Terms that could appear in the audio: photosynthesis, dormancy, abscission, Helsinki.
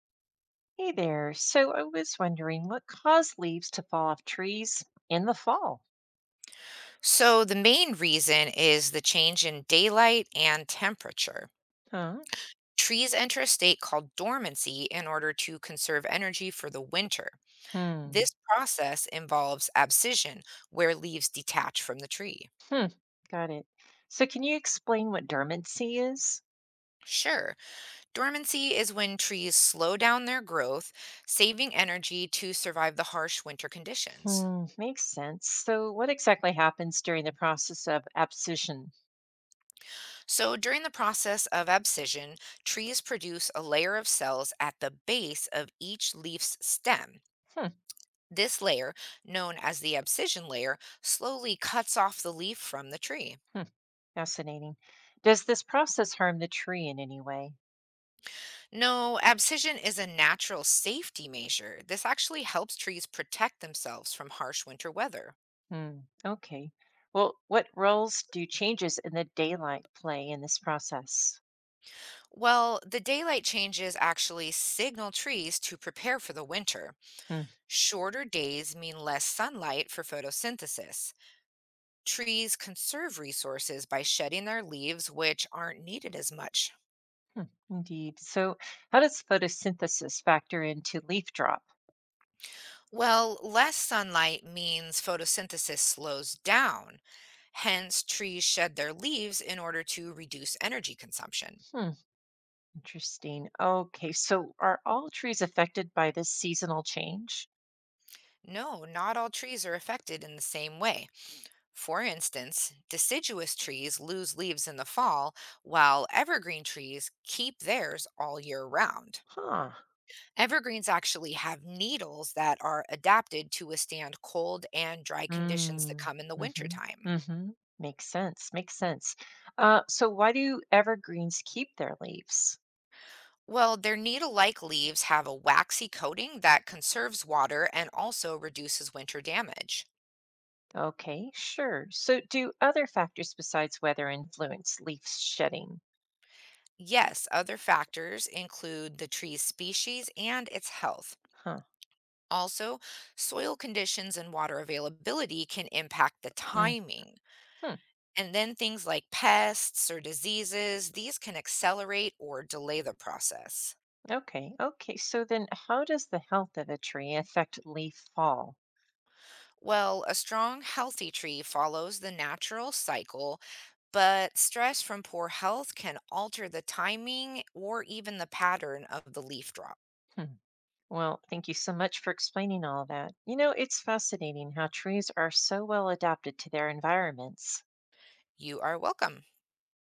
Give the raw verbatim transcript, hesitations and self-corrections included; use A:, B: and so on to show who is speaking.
A: Hey there. So I was wondering what caused leaves to fall off trees in the fall?
B: So, the main reason is the change in daylight and temperature.
A: Huh?
B: Trees enter a state called dormancy in order to conserve energy for the winter.
A: Hmm.
B: This process involves abscission, where leaves detach from the tree.
A: Hmm. Got it. So can you explain what dormancy is?
B: Sure, dormancy is when trees slow down their growth, saving energy to survive the harsh winter conditions.
A: Hmm. Makes sense. So what exactly happens during the process of abscission?
B: So, during the process of abscission, trees produce a layer of cells at the base of each leaf's stem.
A: Hmm.
B: This layer, known as the abscission layer, slowly cuts off the leaf from the tree.
A: Hmm. Fascinating. Does this process harm the tree in any way?
B: No, abscission is a natural safety measure. This actually helps trees protect themselves from harsh winter weather.
A: Hmm. Okay. Well, what roles do changes in the daylight play in this process?
B: Well, the daylight changes actually signal trees to prepare for the winter. Shorter days mean less sunlight for photosynthesis. Trees conserve resources by shedding their leaves, which aren't needed as much.
A: Hmm, indeed. So, how does photosynthesis factor into leaf drop?
B: Well, less sunlight means photosynthesis slows down. Hence, trees shed their leaves in order to reduce energy consumption.
A: Hmm, interesting. Okay, so are all trees affected by this seasonal change?
B: No, not all trees are affected in the same way. For instance, deciduous trees lose leaves in the fall, while evergreen trees keep theirs all year round.
A: Huh.
B: Evergreens actually have needles that are adapted to withstand cold and dry conditions that
A: Mm,
B: come in the
A: mm-hmm.
B: wintertime.
A: Mm-hmm. Makes sense. Makes sense. Uh, so, why do evergreens keep their leaves?
B: Well, their needle-like leaves have a waxy coating that conserves water and also reduces winter damage.
A: Okay, sure. So, do other factors besides weather influence leaf shedding?
B: Yes, other factors include the tree's species and its health.
A: Huh.
B: Also, soil conditions and water availability can impact the
A: Mm-hmm.
B: timing. And then things like pests or diseases, these can accelerate or delay the process.
A: Okay, okay. So then, how does the health of a tree affect leaf fall?
B: Well, a strong, healthy tree follows the natural cycle, but stress from poor health can alter the timing or even the pattern of the leaf drop.
A: Hmm, well, thank you so much for explaining all that. You know, it's fascinating how trees are so well adapted to their environments.
B: You are welcome.